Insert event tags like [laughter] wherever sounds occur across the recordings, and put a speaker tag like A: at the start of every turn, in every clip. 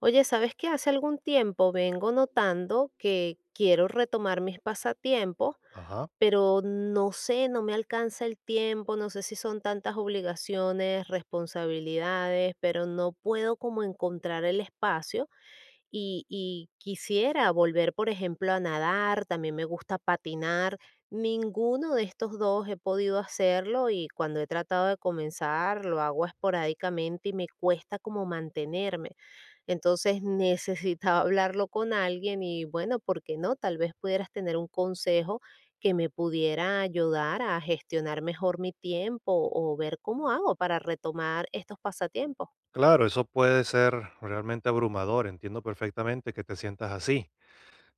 A: Oye, ¿sabes qué? Hace algún tiempo vengo notando que quiero retomar mis pasatiempos,
B: Ajá.
A: pero no sé, no me alcanza el tiempo, no sé si son tantas obligaciones, responsabilidades, pero no puedo como encontrar el espacio y quisiera volver, por ejemplo, a nadar, también me gusta patinar. Ninguno de estos dos he podido hacerlo y cuando he tratado de comenzar lo hago esporádicamente y me cuesta como mantenerme. Entonces necesitaba hablarlo con alguien y bueno, ¿por qué no? Tal vez pudieras tener un consejo que me pudiera ayudar a gestionar mejor mi tiempo o ver cómo hago para retomar estos pasatiempos.
B: Claro, eso puede ser realmente abrumador, entiendo perfectamente que te sientas así.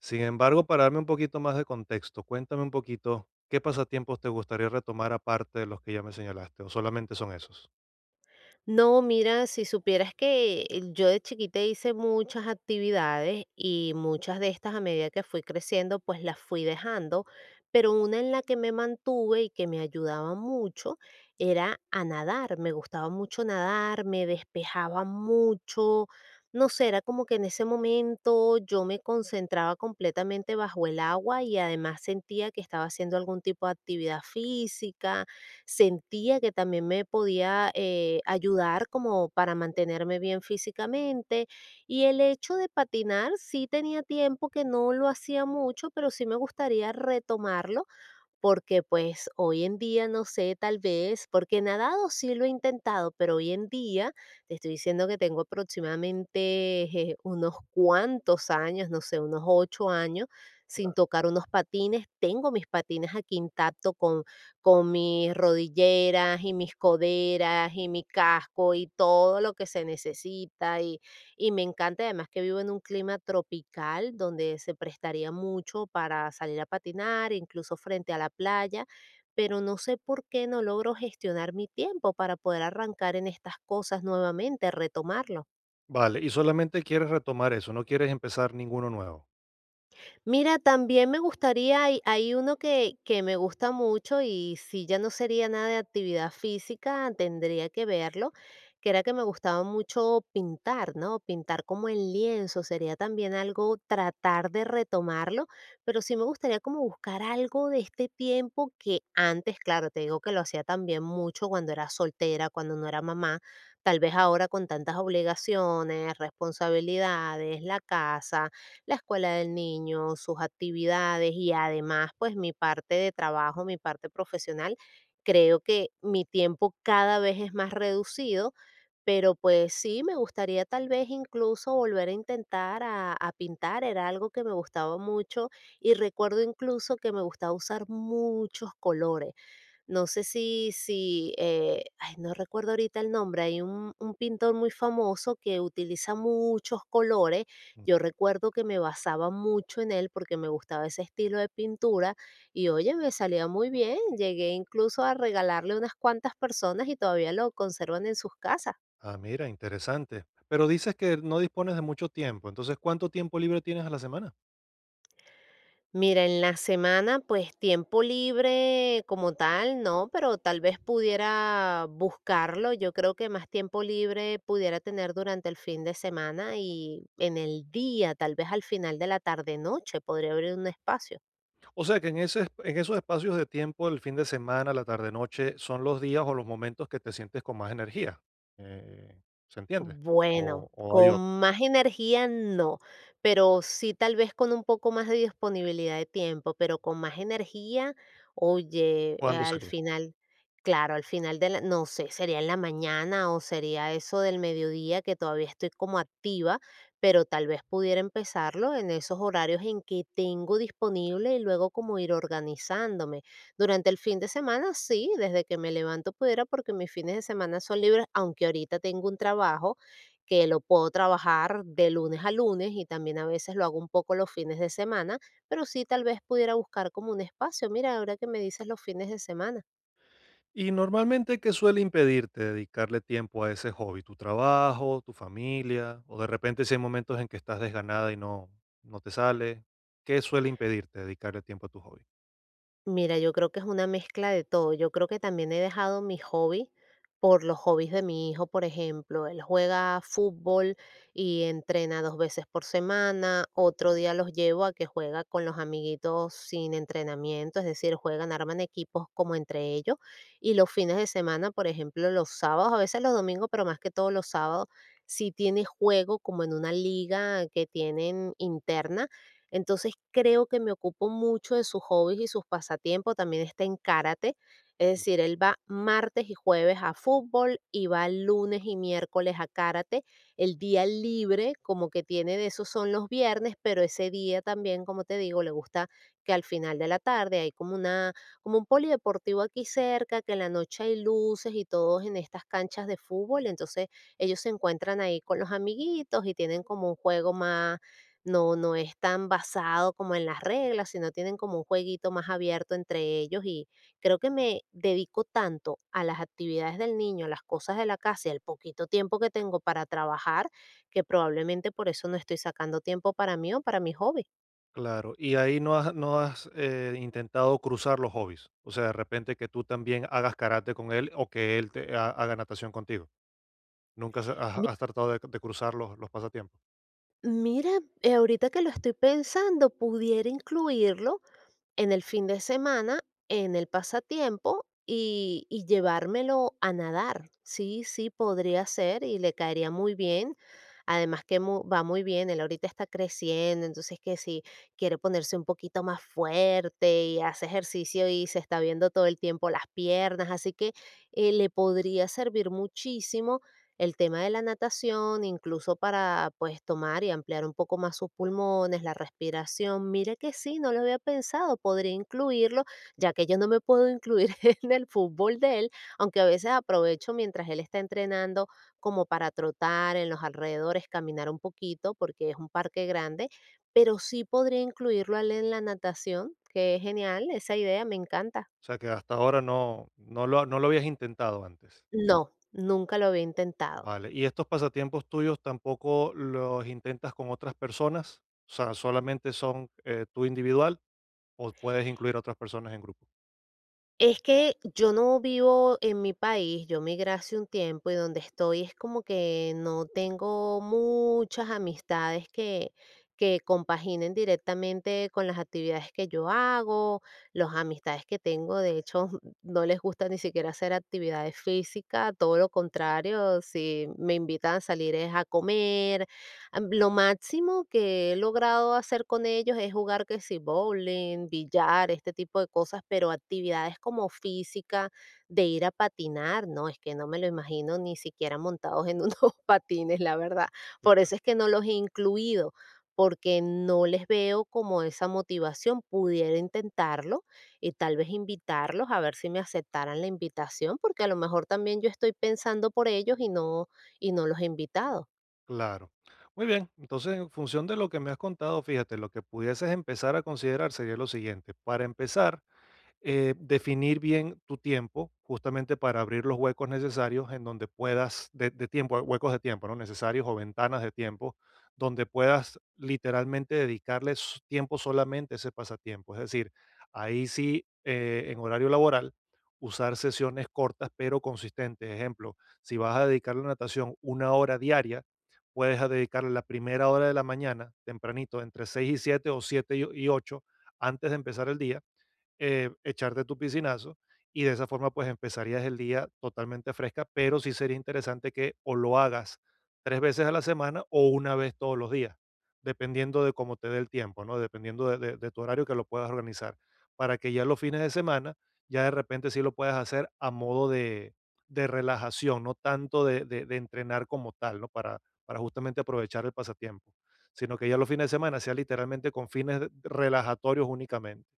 B: Sin embargo, para darme un poquito más de contexto, cuéntame un poquito qué pasatiempos te gustaría retomar aparte de los que ya me señalaste, o solamente son esos.
A: No, mira, si supieras que yo de chiquita hice muchas actividades y muchas de estas a medida que fui creciendo, pues las fui dejando, pero una en la que me mantuve y que me ayudaba mucho era a nadar. Me gustaba mucho nadar, me despejaba mucho. No sé, era como que en ese momento yo me concentraba completamente bajo el agua y además sentía que estaba haciendo algún tipo de actividad física, sentía que también me podía ayudar como para mantenerme bien físicamente. Y el hecho de patinar, sí tenía tiempo que no lo hacía mucho, pero sí me gustaría retomarlo porque, pues, hoy en día, no sé, tal vez, porque nadado sí lo he intentado, pero hoy en día te estoy diciendo que tengo aproximadamente, unos cuantos años, no sé, unos 8 años sin tocar unos patines. Tengo mis patines aquí intacto con mis rodilleras y mis coderas y mi casco y todo lo que se necesita y me encanta además que vivo en un clima tropical donde se prestaría mucho para salir a patinar, incluso frente a la playa, pero no sé por qué no logro gestionar mi tiempo para poder arrancar en estas cosas nuevamente, retomarlo.
B: Vale, y solamente quieres retomar eso, no quieres empezar ninguno nuevo.
A: Mira, también me gustaría, hay uno que me gusta mucho y si ya no sería nada de actividad física, tendría que verlo, que era que me gustaba mucho pintar, ¿no? Pintar como en lienzo, sería también algo tratar de retomarlo, pero sí me gustaría como buscar algo de este tiempo que antes, claro, te digo que lo hacía también mucho cuando era soltera, cuando no era mamá, tal vez ahora con tantas obligaciones, responsabilidades, la casa, la escuela del niño, sus actividades y además pues mi parte de trabajo, mi parte profesional. Creo que mi tiempo cada vez es más reducido, pero pues sí, me gustaría tal vez incluso volver a intentar a pintar, era algo que me gustaba mucho y recuerdo incluso que me gustaba usar muchos colores. No sé si, ay, no recuerdo ahorita el nombre, hay un pintor muy famoso que utiliza muchos colores. Yo recuerdo que me basaba mucho en él porque me gustaba ese estilo de pintura y, oye, me salía muy bien. Llegué incluso a regalarle a unas cuantas personas y todavía lo conservan en sus casas.
B: Ah, mira, interesante. Pero dices que no dispones de mucho tiempo, entonces ¿cuánto tiempo libre tienes a la semana?
A: Mira, en la semana, pues tiempo libre como tal, no, pero tal vez pudiera buscarlo. Yo creo que más tiempo libre pudiera tener durante el fin de semana y en el día, tal vez al final de la tarde-noche, podría abrir un espacio.
B: O sea que en esos espacios de tiempo, el fin de semana, la tarde noche, son los días o los momentos que te sientes con más energía. ¿Se entiende?
A: Bueno,
B: O hay otro.
A: con más energía no, pero sí tal vez con un poco más de disponibilidad de tiempo, pero con más energía, oye,
B: ¿Cuándo
A: al
B: sería?
A: final, claro, al final de la, no sé, sería en la mañana o sería eso del mediodía que todavía estoy como activa, pero tal vez pudiera empezarlo en esos horarios en que tengo disponible y luego como ir organizándome. Durante el fin de semana, sí, desde que me levanto pudiera, porque mis fines de semana son libres, aunque ahorita tengo un trabajo que lo puedo trabajar de lunes a lunes y también a veces lo hago un poco los fines de semana, pero sí tal vez pudiera buscar como un espacio. Mira, ahora que me dices los fines de semana.
B: Y normalmente, ¿qué suele impedirte dedicarle tiempo a ese hobby? ¿Tu trabajo, tu familia? O de repente si hay momentos en que estás desganada y no te sale. ¿Qué suele impedirte dedicarle tiempo a tu hobby?
A: Mira, yo creo que es una mezcla de todo. Yo creo que también he dejado mi hobby por los hobbies de mi hijo, por ejemplo. Él juega fútbol y entrena dos veces por semana. Otro día los llevo a que juega con los amiguitos sin entrenamiento, es decir, juegan, arman equipos como entre ellos. Y los fines de semana, por ejemplo, los sábados, a veces los domingos, pero más que todos los sábados, si tiene juego como en una liga que tienen interna, entonces creo que me ocupo mucho de sus hobbies y sus pasatiempos. También está en karate, es decir, él va martes y jueves a fútbol y va lunes y miércoles a karate. El día libre, como que tiene de esos son los viernes, pero ese día también, como te digo, le gusta que al final de la tarde hay como una, como un polideportivo aquí cerca, que en la noche hay luces y todos en estas canchas de fútbol, entonces ellos se encuentran ahí con los amiguitos y tienen como un juego más, no, no es tan basado como en las reglas, sino tienen como un jueguito más abierto entre ellos y creo que me dedico tanto a las actividades del niño, a las cosas de la casa y al poquito tiempo que tengo para trabajar, que probablemente por eso no estoy sacando tiempo para mí o para mi hobby.
B: Claro, y ahí no has intentado cruzar los hobbies, o sea, de repente que tú también hagas karate con él o que él haga natación contigo. Nunca has, has-
A: Mi-
B: has tratado de cruzar los pasatiempos.
A: Mira, ahorita que lo estoy pensando, pudiera incluirlo en el fin de semana, en el pasatiempo y llevármelo a nadar. Sí, sí, podría ser y le caería muy bien. Además que va muy bien, él ahorita está creciendo, entonces que si quiere ponerse un poquito más fuerte y hace ejercicio y se está viendo todo el tiempo las piernas, así que le podría servir muchísimo el tema de la natación, incluso para, pues, tomar y ampliar un poco más sus pulmones, la respiración. Mira que sí, no lo había pensado, podría incluirlo, ya que yo no me puedo incluir [laughs] en el fútbol de él, aunque a veces aprovecho mientras él está entrenando como para trotar en los alrededores, caminar un poquito, porque es un parque grande, pero sí podría incluirlo a él en la natación, que es genial, esa idea me encanta.
B: O sea, que hasta ahora no, no lo habías intentado antes.
A: No, nunca lo había intentado.
B: Vale, ¿y estos pasatiempos tuyos tampoco los intentas con otras personas? O sea, ¿solamente son tú individual o puedes incluir a otras personas en grupo?
A: Es que yo no vivo en mi país, yo migré hace un tiempo y donde estoy es como que no tengo muchas amistades que compaginen directamente con las actividades que yo hago, las amistades que tengo, de hecho, [laughs] no les gusta ni siquiera hacer actividades físicas, todo lo contrario, si me invitan a salir es a comer. Lo máximo que he logrado hacer con ellos es jugar que si bowling, billar, este tipo de cosas, pero actividades como física, de ir a patinar, no, es que no me lo imagino ni siquiera montados en [laughs] unos patines, la verdad. Por eso es que no los he incluido, porque no les veo como esa motivación. Pudiera intentarlo y tal vez invitarlos a ver si me aceptaran la invitación, porque a lo mejor también yo estoy pensando por ellos y no los he invitado.
B: Claro. Muy bien, entonces en función de lo que me has contado, fíjate, lo que pudieses empezar a considerar sería lo siguiente. Para empezar, definir bien tu tiempo, justamente para abrir los huecos necesarios en donde puedas, de tiempo, huecos de tiempo, ¿no? Necesarios o ventanas de tiempo, donde puedas literalmente dedicarle tiempo solamente a ese pasatiempo. Es decir, ahí sí, en horario laboral, usar sesiones cortas pero consistentes. Ejemplo, si vas a dedicarle a natación una hora diaria, puedes a dedicarle la primera hora de la mañana, tempranito, entre 6 y 7 o 7 y 8 antes de empezar el día echarte tu piscinazo y de esa forma pues empezarías el día totalmente fresca, pero sí sería interesante que o lo hagas tres veces a la semana o una vez todos los días, dependiendo de cómo te dé el tiempo, ¿no? Dependiendo de, de tu horario que lo puedas organizar, para que ya los fines de semana ya de repente sí lo puedas hacer a modo de relajación, no tanto de, de entrenar como tal, ¿no? Para justamente aprovechar el pasatiempo, sino que ya los fines de semana sea literalmente con fines relajatorios únicamente.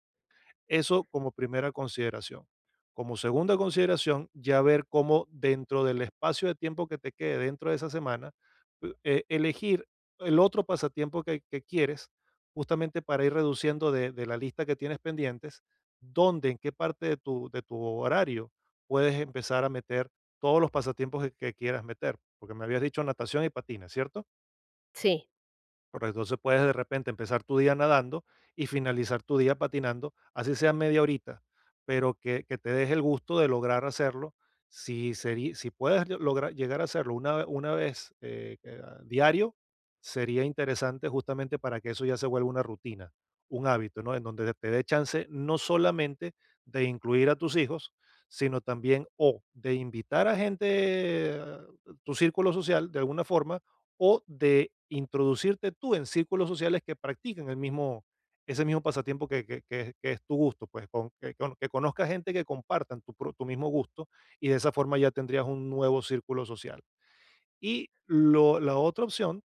B: Eso como primera consideración. Como segunda consideración, ya ver cómo dentro del espacio de tiempo que te quede dentro de esa semana, elegir el otro pasatiempo que quieres, justamente para ir reduciendo de la lista que tienes pendientes, dónde, en qué parte de tu horario puedes empezar a meter todos los pasatiempos que quieras meter, porque me habías dicho natación y patina, ¿cierto?
A: Sí.
B: Correcto, entonces puedes de repente empezar tu día nadando y finalizar tu día patinando, así sea media horita, pero que te des el gusto de lograr hacerlo. Si, sería, si puedes lograr llegar a hacerlo una, una vez a diario, sería interesante justamente para que eso ya se vuelva una rutina, un hábito, ¿no? En donde te dé chance no solamente de incluir a tus hijos, sino también o de invitar a gente, tu círculo social, de alguna forma, o de introducirte tú en círculos sociales que practiquen el mismo, ese mismo pasatiempo que es tu gusto, pues que conozcas gente que compartan tu, tu mismo gusto y de esa forma ya tendrías un nuevo círculo social. Y lo la otra opción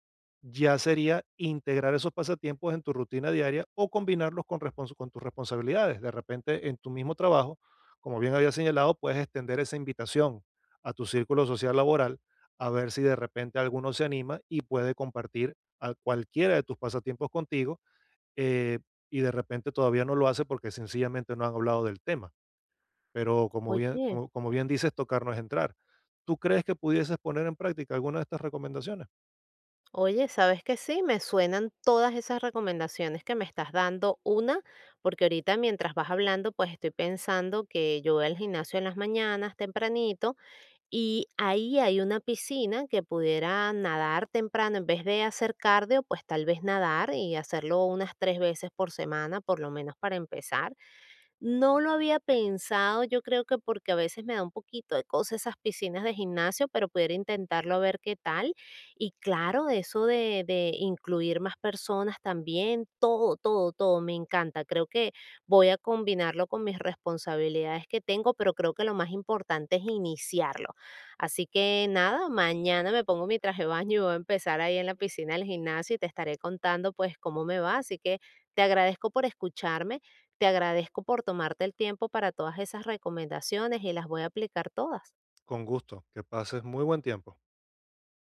B: ya sería integrar esos pasatiempos en tu rutina diaria o combinarlos con respons con tus responsabilidades. De repente, en tu mismo trabajo, como bien había señalado, puedes extender esa invitación a tu círculo social laboral, a ver si de repente alguno se anima y puede compartir a cualquiera de tus pasatiempos contigo, eh, y de repente todavía no lo hace porque sencillamente no han hablado del tema. Pero como bien,
A: Oye.
B: como bien dices, tocar no es entrar. ¿Tú crees que pudieses poner en práctica alguna de estas recomendaciones?
A: Oye, ¿sabes que? Sí, me suenan todas esas recomendaciones que me estás dando. Una, porque ahorita mientras vas hablando, pues estoy pensando que yo voy al gimnasio en las mañanas tempranito y ahí hay una piscina que pudiera nadar temprano. En vez de hacer cardio, pues tal vez nadar y hacerlo unas tres veces por semana, por lo menos para empezar. No lo había pensado, yo creo que porque a veces me da un poquito de cosa esas piscinas de gimnasio, pero pudiera intentarlo a ver qué tal. Y claro, eso de incluir más personas también, todo, todo, todo, me encanta. Creo que voy a combinarlo con mis responsabilidades que tengo, pero creo que lo más importante es iniciarlo. Así que nada, mañana me pongo mi traje de baño y voy a empezar ahí en la piscina del gimnasio y te estaré contando pues cómo me va. Así que te agradezco por escucharme, te agradezco por tomarte el tiempo para todas esas recomendaciones y las voy a aplicar todas.
B: Con gusto, que pases muy buen tiempo.